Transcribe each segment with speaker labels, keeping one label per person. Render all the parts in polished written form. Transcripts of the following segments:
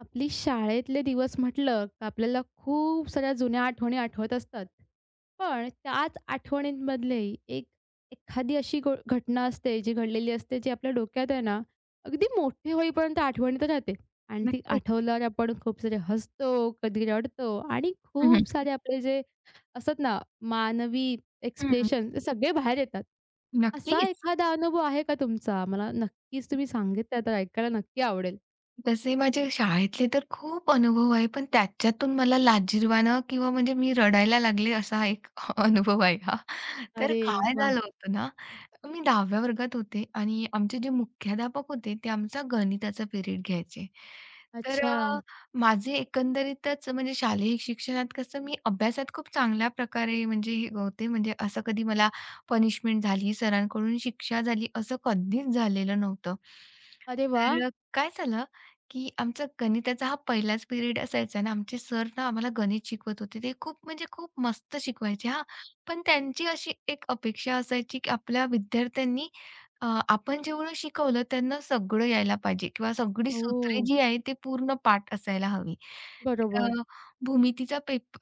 Speaker 1: आपली शाळेतले दिवस म्हटलं का आपल्याला खूप साऱ्या जुन्या आठवणी आठवत असतात. पण त्याच आठवणींमधले एक एखादी अशी घटना असते, जी घडलेली असते, जी आपल्या डोक्यात आहे ना, अगदी मोठे होईपर्यंत आठवणीतच राहते आणि ती
Speaker 2: नक्कीच.
Speaker 1: आठवल्यावर आपण खूप सारे हसतो, कधी रडतो आणि
Speaker 2: हं, हं.
Speaker 1: खूप सारे आपले जे असतात ना, मानवी
Speaker 2: हं.
Speaker 1: एक्सप्रेशन ते सगळे बाहेर येतात. असा
Speaker 2: नक्कीच.
Speaker 1: एखादा अनुभव आहे का तुमचा? मला नक्कीच तुम्ही सांगितला तर ऐकायला नक्की आवडेल.
Speaker 2: तसे माझे शाळेतले तर खूप अनुभव आहे, पण त्याच्यातून मला लाजिरवाणं किंवा म्हणजे मी रडायला लागले असा एक अनुभव आहे हा. तर
Speaker 1: अरे
Speaker 2: काय
Speaker 1: वाह!
Speaker 2: झालं होतं ना, मी 10व्या वर्गात होते आणि आमचे जे मुख्याध्यापक होते ते आमचा गणिताचा पिरियड घ्यायचे. तर
Speaker 1: अच्छा.
Speaker 2: माझे एकंदरीतच म्हणजे शालेय शिक्षणात कसं मी अभ्यासात खूप चांगल्या प्रकारे म्हणजे हे होते. म्हणजे असं कधी मला पनिशमेंट झाली, सरांकडून शिक्षा झाली असं कधीच झालेलं नव्हतं.
Speaker 1: अरे वाह!
Speaker 2: तर काय झालं की आमचा गणिताचा हा पहिलाच पिरियड असायचा ना, आमचे सर ना आम्हाला गणित शिकवत होते. ते खूप म्हणजे खूप मस्त शिकवायचे हां. पण त्यांची अशी एक अपेक्षा असायची, की आपल्या विद्यार्थ्यांनी आपण जेवढं शिकवलं त्यांना सगळं यायला पाहिजे किंवा सगळी
Speaker 1: ओह!
Speaker 2: सूत्रे जी आहे ते पूर्ण पाठ असायला हवी.
Speaker 1: बरोबर.
Speaker 2: तर भूमितीचा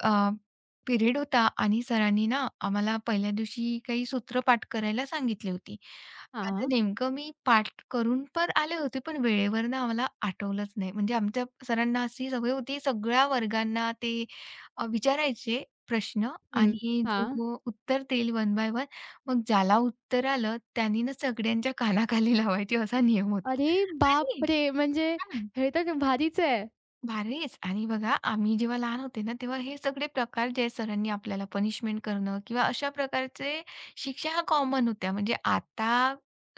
Speaker 2: पिरियड होता आणि सरांनी ना आम्हाला पहिल्या दिवशी काही सूत्रपाठ करायला सांगितली होती. आता
Speaker 1: हां.
Speaker 2: नेमकं मी पाठ करून पण आले होते, पण वेळेवर ना आम्हाला आठवलंच नाही. म्हणजे आमच्या सरांना अशी सवय होती, सगळ्या वर्गांना ते विचारायचे प्रश्न
Speaker 1: हं.
Speaker 2: आणि
Speaker 1: हां.
Speaker 2: जो उत्तर देईल वन बाय वन, मग ज्याला उत्तर आलं त्यानी ना सगळ्यांच्या कानाखाली लावायची असा नियम होता
Speaker 1: अरे
Speaker 2: आणि
Speaker 1: बापरे! म्हणजे हे तर भारीच आहे.
Speaker 2: भारीच आणि बघा आम्ही जेव्हा लहान होते ना, तेव्हा हे सगळे प्रकार जे सरांनी आपल्याला पनिशमेंट करणं किंवा अशा प्रकारचे शिक्षा ह्या कॉमन होत्या. म्हणजे आता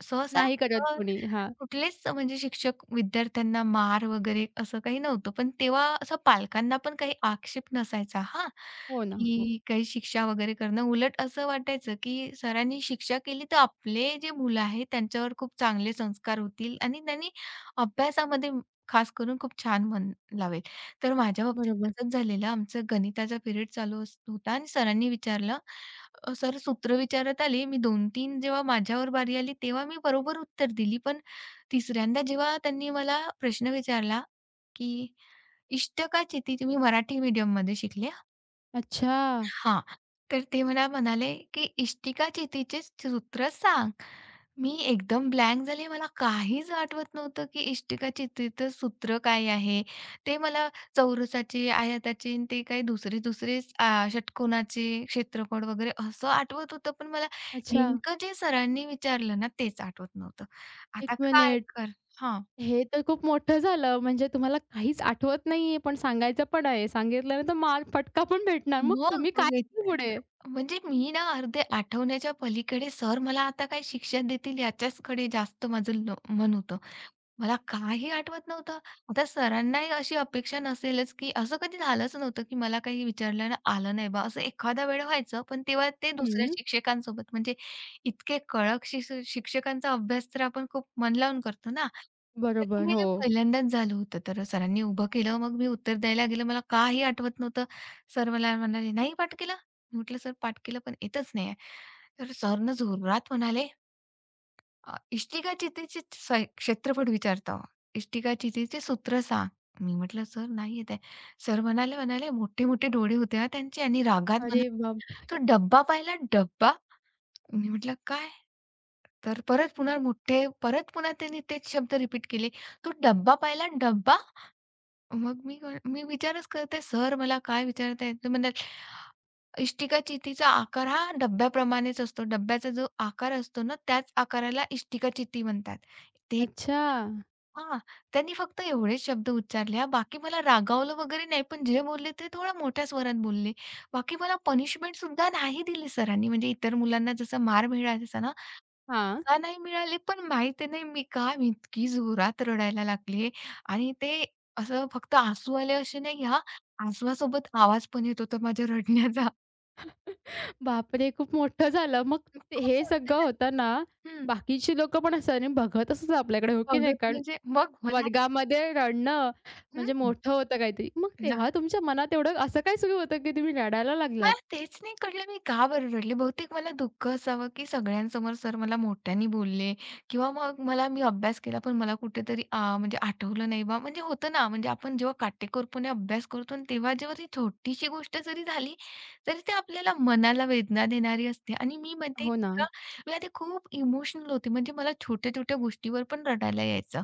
Speaker 2: सहसा
Speaker 1: नाही करत
Speaker 2: अ,
Speaker 1: कोणी. हां.
Speaker 2: कुठलेच म्हणजे शिक्षक विद्यार्थ्यांना मार वगैरे असं काही नव्हतं. पण तेव्हा असं पालकांना पण काही आक्षेप नसायचा हां,
Speaker 1: हो ना. हो.
Speaker 2: की काही शिक्षा वगैरे करणं. उलट असं वाटायचं की सरांनी शिक्षा केली तर आपले जे मुलं आहेत त्यांच्यावर खूप चांगले संस्कार होतील आणि त्यांनी अभ्यासामध्ये खास करून खूप छान मन लावेल. तर माझ्या बाबतीत
Speaker 1: बरोबर.
Speaker 2: असंच झालेलं. आमचं गणिताचा पिरियड चालू अस होता आणि सरांनी विचारलं, सर सूत्र विचारत आले. मी 2-3 जेव्हा माझ्यावर बारी आली, तेव्हा मी बरोबर उत्तर दिली. पण तिसऱ्यांदा जेव्हा त्यांनी मला प्रश्न विचारला, की इष्टिका चेती तुम्ही मराठी मीडियममध्ये शिकले?
Speaker 1: अच्छा,
Speaker 2: हां. तर ते मला म्हणाले, की "इष्टिका चेतीचे सूत्र सांग." मी एकदम ब्लँक झाले. मला काहीच आठवत नव्हतं, की इष्टिकाचित्रीचं सूत्र काय आहे? ते मला चौरसाचे, आयताचे आणि ते काही दुसरे-दुसरेच षटकोनाचे क्षेत्रफळ वगैरे असं आठवत होतं. पण मला
Speaker 1: अच्छा.
Speaker 2: नेमकं जे सरांनी विचारलं ना, तेच आठवत नव्हतं.
Speaker 1: 1
Speaker 2: आता काय
Speaker 1: मिनिट.
Speaker 2: कर हां.
Speaker 1: हे तर खूप मोठं झालं. म्हणजे तुम्हाला काहीच आठवत नाहीये, पण सांगायचं पण आहे. सांगितल्यानंतर मार फटका पण भेटणार. मग
Speaker 2: मग
Speaker 1: तुम्ही काय
Speaker 2: बघायचं
Speaker 1: केलं पुढे?
Speaker 2: म्हणजे मी ना अर्धे आठवण्याच्या पलीकडे सर मला आता काय शिक्षा देतील याच्याचकडे जास्त माझं मन होतं. मला काही आठवत नव्हतं. आता सरांनाही अशी अपेक्षा नसेलच, की असं कधी झालंच नव्हतं, की मला काही विचारलं ना आलं नाही बा, असं एखादा वेळ व्हायचं. पण तेव्हा ते दुसऱ्या
Speaker 1: हं.
Speaker 2: शिक्षकांसोबत म्हणजे इतके कडक शिक्षकांचा अभ्यास तर आपण खूप मन लावून करतो ना. तर
Speaker 1: बरोबर.
Speaker 2: हे
Speaker 1: हो.
Speaker 2: पहिल्यांदाच झालं होतं. तर सरांनी उभं केलं. मग मी उत्तर द्यायला गेलं. मला काही आठवत नव्हतं. सर मला म्हणाले, "नाही पाठ केलं?" म्हटलं, "सर पाठ केलं पण येतच नाहीये." तर सरनं जोरात म्हणाले, इष्टिका चितीचे क्षेत्रफळ विचारतो. इष्टिका चितीचे सूत्र सांग." मी म्हटलं, "सर नाही येत आहे." सर म्हणाले म्हणाले, मोठे-मोठे डोळे होते हां त्यांचे आणि रागात
Speaker 1: अरे
Speaker 2: म्हणाले,
Speaker 1: बाप
Speaker 2: "तो डब्बा पाहिला डब्बा?" मी म्हटलं, "काय?" तर परत पुन्हा त्यांनी तेच शब्द रिपीट केले. "तू डब्बा पाहिला डब्बा?" मग मी विचारच करते, "सर मला काय विचारताय?" ते म्हणतात, "इष्टिका चितीचा आकार हा डब्याप्रमाणेच असतो. डब्याचा जो आकार असतो ना, त्याच आकाराला इष्टिका चिती म्हणतात." ते
Speaker 1: अच्छा.
Speaker 2: हां, त्यांनी फक्त एवढेच शब्द उच्चारले हां. बाकी मला रागावलं वगैरे नाही, पण जे बोलले ते थोड्या मोठ्या स्वरात बोलले. बाकी मला पनिशमेंट सुद्धा नाही दिली सरांनी. म्हणजे इतर मुलांना जसा मार मिळायचा ना
Speaker 1: हां.
Speaker 2: का नाही मिळाले, पण माहिती नाही मी का इतकी जोरात रडायला लागले आणि ते असं फक्त हसू आले असे नाही हां, हसवासोबत आवाज पण येत होता माझ्या रडण्याचा.
Speaker 1: बापरे! खूप मोठं झालं. मग ते
Speaker 2: खूप
Speaker 1: हे
Speaker 2: मोठे
Speaker 1: सगळं होताना
Speaker 2: हं.
Speaker 1: बाकीची लोकं पण असं आणि बघतच होते आपल्याकडे, हो की नाही?
Speaker 2: बघत
Speaker 1: कारण
Speaker 2: म्हणजे मग मला
Speaker 1: वर्गामध्ये रडणं म्हणजे
Speaker 2: हं.
Speaker 1: मोठं होतं काहीतरी. मग तेव्हा तुमच्या मनात एवढं असं काय सुरू होतं, की तुम्ही रडायला लागलात?
Speaker 2: मला तेच नाही कळलं मी का बरं रडले. बहुतेक मला दुःख असावं, की सगळ्यांसमोर सर मला मोठ्याने बोलले किंवा मग मला मी अभ्यास केला पण मला कुठेतरी म्हणजे आठवलं नाही बा म्हणजे होतं ना, म्हणजे आपण जेव्हा काटेकोरपणे अभ्यास करतो आणि तेव्हा जेव्हा ती छोटीशी गोष्ट जरी झाली, तरी ते आपल्याला मनाला वेदना देणारी असते आणि मी म्हणते
Speaker 1: हो ना.
Speaker 2: का मी आधी खूप इमोशनल होते. म्हणजे मला छोट्या-छोट्या गोष्टीवर पण रडायला यायचं.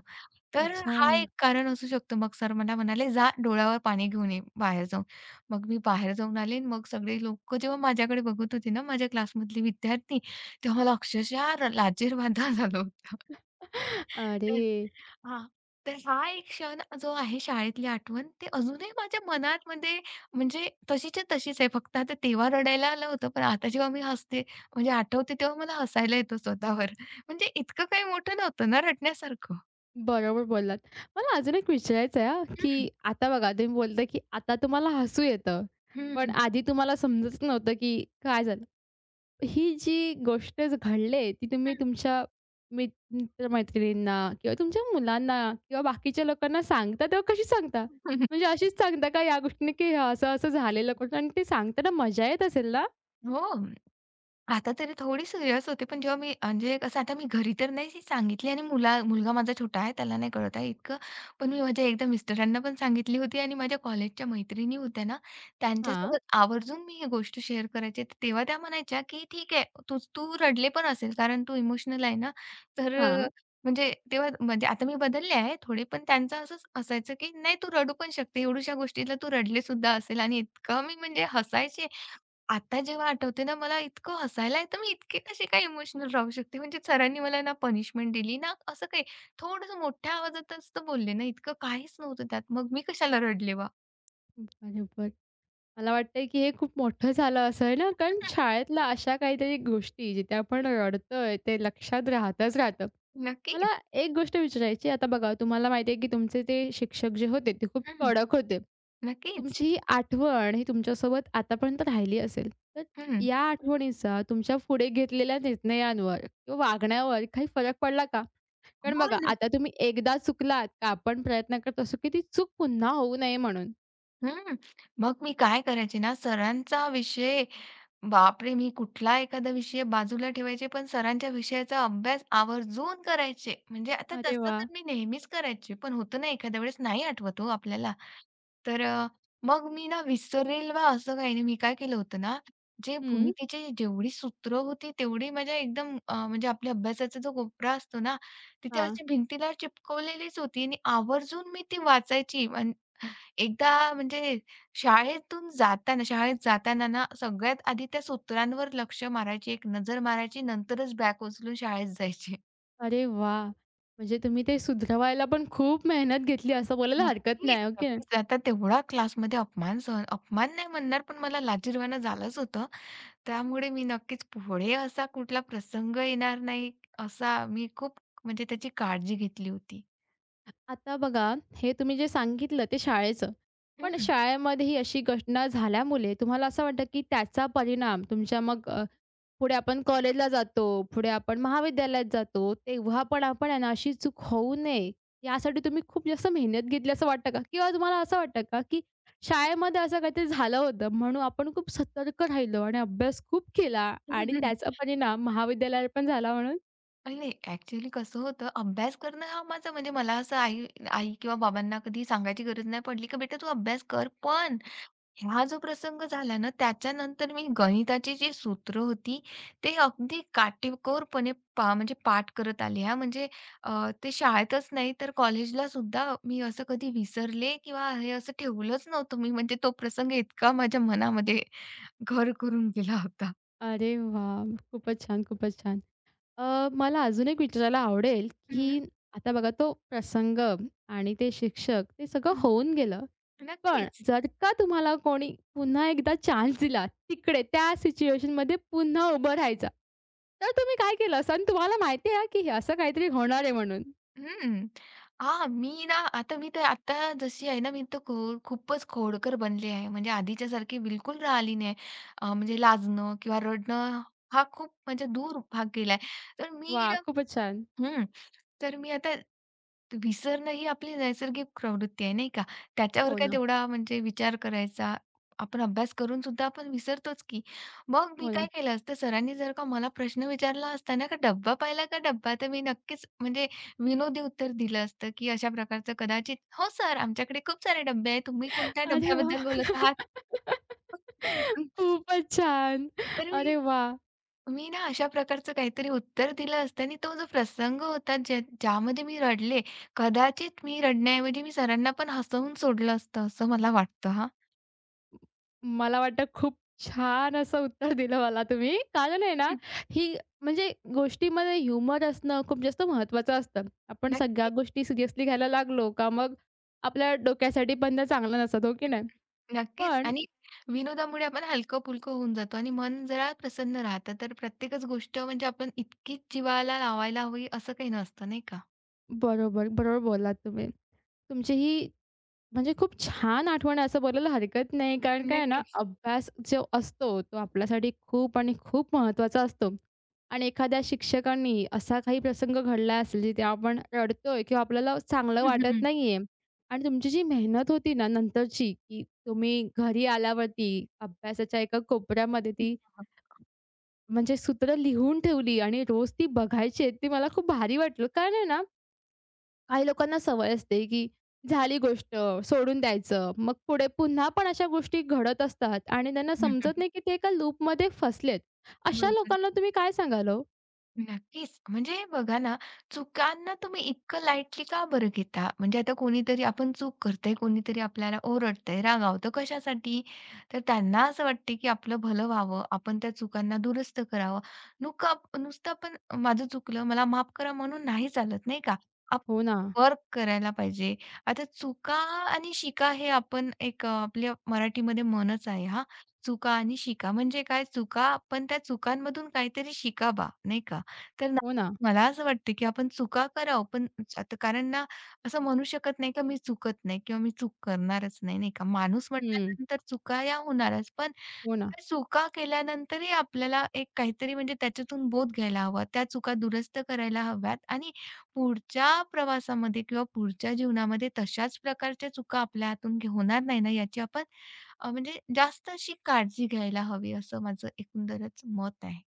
Speaker 2: तर
Speaker 1: अच्छा.
Speaker 2: हा एक कारण असू शकतो. मग सर मला म्हणाले, "जा डोळ्यावर पाणी घेऊन ये बाहेर जाऊन." मग मी बाहेर जाऊन आले आणि मग सगळे लोकं जेव्हा माझ्याकडे बघत होते ना, माझ्या क्लासमधली विद्यार्थी, तेव्हा मला अक्षरशः लाजिरवाणा झाला होता. तर
Speaker 1: अरे!
Speaker 2: हां, तर हा एक क्षण जो आहे शाळेतली आठवण, ते अजूनही माझ्या मनामध्ये म्हणजे तशीच्या तशीच आहे. फक्त आता तेव्हा रडायला आलं होतं, पण आता जेव्हा मी हसते म्हणजे आठवते, तेव्हा मला हसायला येतं स्वतःवर. म्हणजे इतकं काही मोठं नव्हतं ना रडण्यासारखं.
Speaker 1: बरोबर बोललात. मला अजून एक विचारायचं आहे की
Speaker 2: हं,
Speaker 1: आता बघा तुम्ही बोलता, की आता तुम्हाला हसू येतं.
Speaker 2: हं,
Speaker 1: पण
Speaker 2: हं.
Speaker 1: आधी तुम्हाला समजत नव्हतं, की काय झालं? ही जी गोष्ट घडली, ती तुम्ही तुमच्या मित्र-मैत्रिणींना किंवा तुमच्या मुलांना किंवा बाकीच्या लोकांना सांगता तेव्हा कशी सांगता? म्हणजे अशीच सांगता का या गोष्टीने, की असं-असं झालेलं कुठं आणि ते सांगताना मजा येत असेल ना?
Speaker 2: हो. आता तरी थोडी सिरियस होते, पण जेव्हा मी म्हणजे कसं आता मी घरी तर नाही सांगितली आणि मुलगा माझा छोटा आहे, त्याला नाही कळत आहे इतकं. पण मी माझ्या एकदा मिस्टरांना पण सांगितली होती आणि माझ्या कॉलेजच्या मैत्रिणी होत्या ना,
Speaker 1: हां,
Speaker 2: त्यांच्यासोबत आवर्जून मी ही गोष्ट शेअर करायची. तर तेव्हा त्या म्हणायच्या, की "ठीक आहे, तू तू रडले पण असेल कारण तू इमोशनल आहे ना." तर अ,
Speaker 1: हां.
Speaker 2: म्हणजे तेव्हा म्हणजे आता मी बदलले आहे थोडे, पण त्यांचं असंच असायचं, की "नाही, तू रडू पण शकते. एवढ्याशा गोष्टीला तू रडले सुद्धा असेल." आणि इतकं मी म्हणजे हसायचे आता जेव्हा आठवते ना, मला इतकं हसायला येतं. मी इतके कशी काय इमोशनल राहू शकते? म्हणजे सरांनी मला ना पनिशमेंट दिली ना असं काही. थोडंसं मोठ्या आवाजातच तर बोलले ना, इतकं काहीच नव्हतं त्यात. मग मी कशाला रडले बा?
Speaker 1: बरोबर. मला वाटतंय, की हे खूप मोठं झालं असं आहे ना, कारण शाळेतल्या अशा काहीतरी गोष्टी जिथे आपण रडतोय ते लक्षात राहतच राहतं.
Speaker 2: हम्म,
Speaker 1: मला
Speaker 2: नक्कीच.
Speaker 1: एक गोष्ट विचारायची आहे. आता बघा तुम्हाला माहिती आहे, की तुमचे ते शिक्षक जे होते ते खूप
Speaker 2: हं,
Speaker 1: कडक होते.
Speaker 2: नक्कीच.
Speaker 1: तुमची ही आठवण ही तुमच्यासोबत आतापर्यंत राहिली असेल. तर
Speaker 2: हं.
Speaker 1: या आठवणीचा तुमच्या पुढे घेतलेल्या निर्णयांवर किंवा वागण्यावर काही फरक पडला का? कारण
Speaker 2: हो
Speaker 1: बघा
Speaker 2: ना.
Speaker 1: आता तुम्ही एकदा चुकलात का आपण प्रयत्न करत असू, की ती चूक पुन्हा होऊ नये म्हणून.
Speaker 2: हं. मग मी काय करायचे ना, सरांचा विषय बापरे! मी कुठला एखादा विषय बाजूला ठेवायचे, पण सरांच्या विषयाचा अभ्यास आवर्जून करायचे. म्हणजे आता
Speaker 1: अरे
Speaker 2: तसं
Speaker 1: वाह!
Speaker 2: तर मी नेहमीच करायचे, पण होतं ना एखाद्या वेळेस नाही आठवत हो आपल्याला. तर मग मी ना विसरेल वा असं काही नाही. मी काय केलं होतं ना, जे
Speaker 1: हं.
Speaker 2: भूमितीची जेवढी सूत्र होती तेवढी माझ्या एकदम म्हणजे आपल्या अभ्यासाचा जो कोपरा असतो ना, तिथे
Speaker 1: हां.
Speaker 2: अशी भिंतीला चिपकवलेलीच होती आणि आवर्जून मी ती वाचायची. एकदा म्हणजे शाळेत जाताना ना, सगळ्यात आधी त्या सूत्रांवर लक्ष मारायची, एक नजर मारायची, नंतरच बॅग उचलून शाळेत जायची.
Speaker 1: अरे वाह! म्हणजे तुम्ही ते सुधरवायला पण खूप मेहनत घेतली असं बोलायला हरकत
Speaker 2: नक्कीच,
Speaker 1: नाही. हो की नाही?
Speaker 2: नक्कीच. आता तेवढा क्लासमध्ये अपमान सहन अपमान नाही म्हणणार, पण मला लाजिरवाणं झालंच होतं. त्यामुळे मी नक्कीच पुढे असा कुठला प्रसंग येणार नाही, असा मी खूप म्हणजे त्याची काळजी घेतली होती.
Speaker 1: आता बघा हे तुम्ही जे सांगितलं ते शाळेचं. पण
Speaker 2: हं.
Speaker 1: शाळेमध्ये ही अशी घटना झाल्यामुळे तुम्हाला असं वाटतं की त्याचा परिणाम तुमच्या मग पुढे आपण कॉलेजला जातो, पुढे आपण महाविद्यालयात जातो, तेव्हा पण आपण आहे ना अशी चूक होऊ नये, यासाठी तुम्ही खूप जास्त मेहनत घेतली असं वाटतं का? किंवा तुम्हाला असं वाटतं का, की शाळेमध्ये असं काहीतरी झालं होतं म्हणून आपण खूप सतर्क राहिलो आणि अभ्यास खूप केला आणि त्याचा परिणाम महाविद्यालयात पण झाला म्हणून?
Speaker 2: अरे नाही, ॲक्चुअली कसं होतं, अभ्यास करणं हा माझा म्हणजे मला असं आई आई किंवा बाबांना कधी सांगायची गरज नाही पडली, की "बेटा तू अभ्यास कर." पण हा जो प्रसंग झाला ना, त्याच्यानंतर मी गणिताची जी सूत्र होती, ते अगदी काटेकोरपणे पा म्हणजे पाठ करत आले हां. म्हणजे ते शाळेतच नाही तर कॉलेजलासुद्धा मी असं कधी विसरले किंवा हे असं ठेवलंच नव्हतं मी. म्हणजे तो प्रसंग इतका माझ्या मनामध्ये घर करून गेला होता.
Speaker 1: अरे वाह! खूपच छान, खूपच छान. मला अजून एक विचारायला आवडेल, की
Speaker 2: हं,
Speaker 1: आता बघा तो प्रसंग आणि ते शिक्षक ते सगळं
Speaker 2: हं.
Speaker 1: होऊन गेलं. पण
Speaker 2: नक्कीच.
Speaker 1: जर का तुम्हाला कोणी पुन्हा एकदा चान्स दिला तिकडे त्या सिच्युएशनमध्ये पुन्हा उभं राहायचा, तर तुम्ही काय केलं असतं? आणि तुम्हाला माहिती आहे की हे असं काहीतरी होणार आहे म्हणून.
Speaker 2: हं. हां, मी ना आता मी तर आता जशी आहे ना, मी तर खूपच खोडकर बनली आहे. म्हणजे आधीच्या सारखी बिलकुल राहिली नाही. म्हणजे लाजणं किंवा रडणं हा खूप म्हणजे दूर भाग गेलाय. तर मी
Speaker 1: वाह!
Speaker 2: ना
Speaker 1: खूपच छान.
Speaker 2: हं. तर मी आता विसरणं ही आपली नैसर्गिक प्रवृत्ती आहे, नाही का? त्याच्यावर
Speaker 1: हो
Speaker 2: काय
Speaker 1: ना,
Speaker 2: तेवढा म्हणजे विचार करायचा. आपण अभ्यास करून सुद्धा आपण विसरतोच की. मग मी
Speaker 1: हो ना.
Speaker 2: काय केलं असतं, सरांनी जर का मला प्रश्न विचारला असता ना, का "डब्बा पाहिला का डब्बा?" तर मी नक्कीच म्हणजे विनोदी उत्तर दिलं असतं, की अशा प्रकारचं कदाचित, "हो सर, आमच्याकडे खूप सारे डब्बे आहेत. तुम्ही कोणत्या
Speaker 1: अरे वाह!
Speaker 2: डब्याबद्दल बोलत आहात?"
Speaker 1: खूपच छान.
Speaker 2: तर मी
Speaker 1: अरे वाह!
Speaker 2: मी ना अशा प्रकारचं काहीतरी उत्तर दिलं असतं आणि तो जो प्रसंग होता ज्या ज्यामध्ये मी रडले, कदाचित मी रडण्याऐवजी मी सरांना पण हसवून सोडलं असतं, असं मला वाटतं हां.
Speaker 1: मला वाटतं खूप छान असं उत्तर दिलं मला तुम्ही. कारण आहे ना,
Speaker 2: हं.
Speaker 1: ही म्हणजे गोष्टीमध्ये ह्युमर असणं खूप जास्त महत्त्वाचं असतं. आपण सगळ्या
Speaker 2: नक्कीच,
Speaker 1: गोष्टी सिरियसली घ्यायला लागलो का मग आपल्या डोक्यासाठी पण ते चांगलं नसतं, हो की नाही?
Speaker 2: नक्कीच
Speaker 1: पण
Speaker 2: आणि विनोदामुळे आपण हलकं-फुलकं होऊन जातो आणि मन जरा प्रसन्न राहतं. तर प्रत्येकच गोष्ट म्हणजे आपण इतकीच जीवाला लावायला हवी असं काही नसतं, नाही का?
Speaker 1: बरोबर, बरोबर बोललात तुम्ही. तुमची ही म्हणजे खूप छान आठवण आहे असं बोलायला हरकत नाही. कारण काय आहे ना,
Speaker 2: नक्कीच.
Speaker 1: अभ्यास जो असतो तो आपल्यासाठी खूप आणि खूप महत्त्वाचा असतो. आणि एखाद्या शिक्षकांनी असा काही प्रसंग घडला असेल जिथे आपण रडतोय किंवा आपल्याला चांगलं
Speaker 2: हं, हं,
Speaker 1: वाटत
Speaker 2: हं.
Speaker 1: नाहीये आणि तुमची जी मेहनत होती ना नंतरची, की तुम्ही घरी आल्यावरती अभ्यासाच्या एका कोपऱ्यामध्ये ती म्हणजे सूत्र लिहून ठेवली आणि रोज ती बघायची, ते मला खूप भारी वाटलं. कारण आहे ना, काही लोकांना सवय असते, की झाली गोष्ट सोडून द्यायचं. मग पुढे पुन्हा पण अशा गोष्टी घडत असतात आणि त्यांना
Speaker 2: हं, हं,
Speaker 1: समजत
Speaker 2: हं.
Speaker 1: नाही, की ते एका लूपमध्ये फसलेत. अशा
Speaker 2: बरोबर.
Speaker 1: लोकांना तुम्ही काय सांगाल हो?
Speaker 2: नक्कीच. म्हणजे बघा ना, चुकांना तुम्ही इतकं लाईटली का बरं घेता? म्हणजे आता कोणीतरी आपण चूक करतंय, कोणीतरी आपल्याला ओरडतंय, रागावतं कशासाठी? तर त्यांना असं वाटते, की आपलं भलं व्हावं, आपण त्या चुकांना दुरुस्त करावं. नुका नुसतं आपण माझं चुकलं, मला माफ करा म्हणून नाही चालत, नाही का?
Speaker 1: हो ना,
Speaker 2: आपण वर्क करायला पाहिजे. आता चुका आणि शिका हे आपण एक आपल्या मराठीमध्ये म्हणच आहे हां. चुका आणि शिका म्हणजे काय? चुका आपण त्या चुकांमधून काहीतरी शिकावा, नाही का? तर ना
Speaker 1: हो ना.
Speaker 2: मला असं वाटतं, की आपण चुका करावं, पण आता कारण ना असं म्हणू शकत नाही, की मी चुकत नाही किंवा मी चूक करणारच नाही, नाही का. माणूस
Speaker 1: हं.
Speaker 2: म्हटल्यानंतर चुका या होणारच, पण
Speaker 1: हो ना.
Speaker 2: त्या चुका केल्यानंतरही आपल्याला एक काहीतरी म्हणजे त्याच्यातून बोध घ्यायला हवा. त्या चुका दुरुस्त करायला हव्यात आणि पुढच्या प्रवासामध्ये किंवा पुढच्या जीवनामध्ये तशाच प्रकारच्या चुका आपल्या हातून घे- होणार नाही ना, याची आपण म्हणजे जास्त अशी काळजी घ्यायला हवी, असं माझं एकंदरच मत आहे.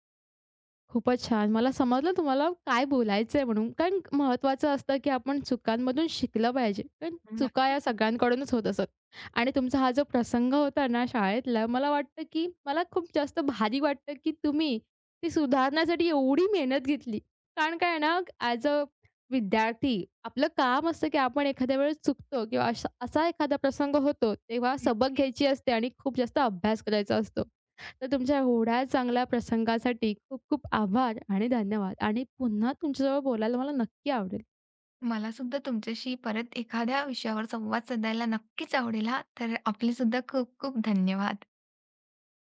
Speaker 1: खूपच छान. मला समजलं तुम्हाला काय बोलायचंय म्हणून. कारण महत्त्वाचं असतं, की आपण चुकांमधून शिकलं पाहिजे. कारण चुका
Speaker 2: नक्कीच,
Speaker 1: या सगळ्यांकडूनच होत असतात. आणि तुमचा हा जो प्रसंग होता ना शाळेतला, मला वाटतं, की मला खूप जास्त भारी वाटतं, की तुम्ही ती सुधारण्यासाठी एवढी मेहनत घेतली. कारण काय आहे ना, ॲज अ विद्यार्थी आपलं काम असतं, की आपण एखाद्या वेळेस चुकतो किंवा असा एखादा प्रसंग होतो, तेव्हा सबक घ्यायची
Speaker 2: नक्कीच.
Speaker 1: असते आणि खूप जास्त अभ्यास करायचा असतो. तर तुमच्या एवढ्या चांगल्या प्रसंगासाठी खूप खूप आभार आणि धन्यवाद आणि पुन्हा तुमच्याजवळ बोलायला मला नक्की आवडेल.
Speaker 2: मला सुद्धा तुमच्याशी परत एखाद्या विषयावर संवाद साधायला नक्कीच आवडेल हां. तर आपले सुद्धा खूप खूप धन्यवाद.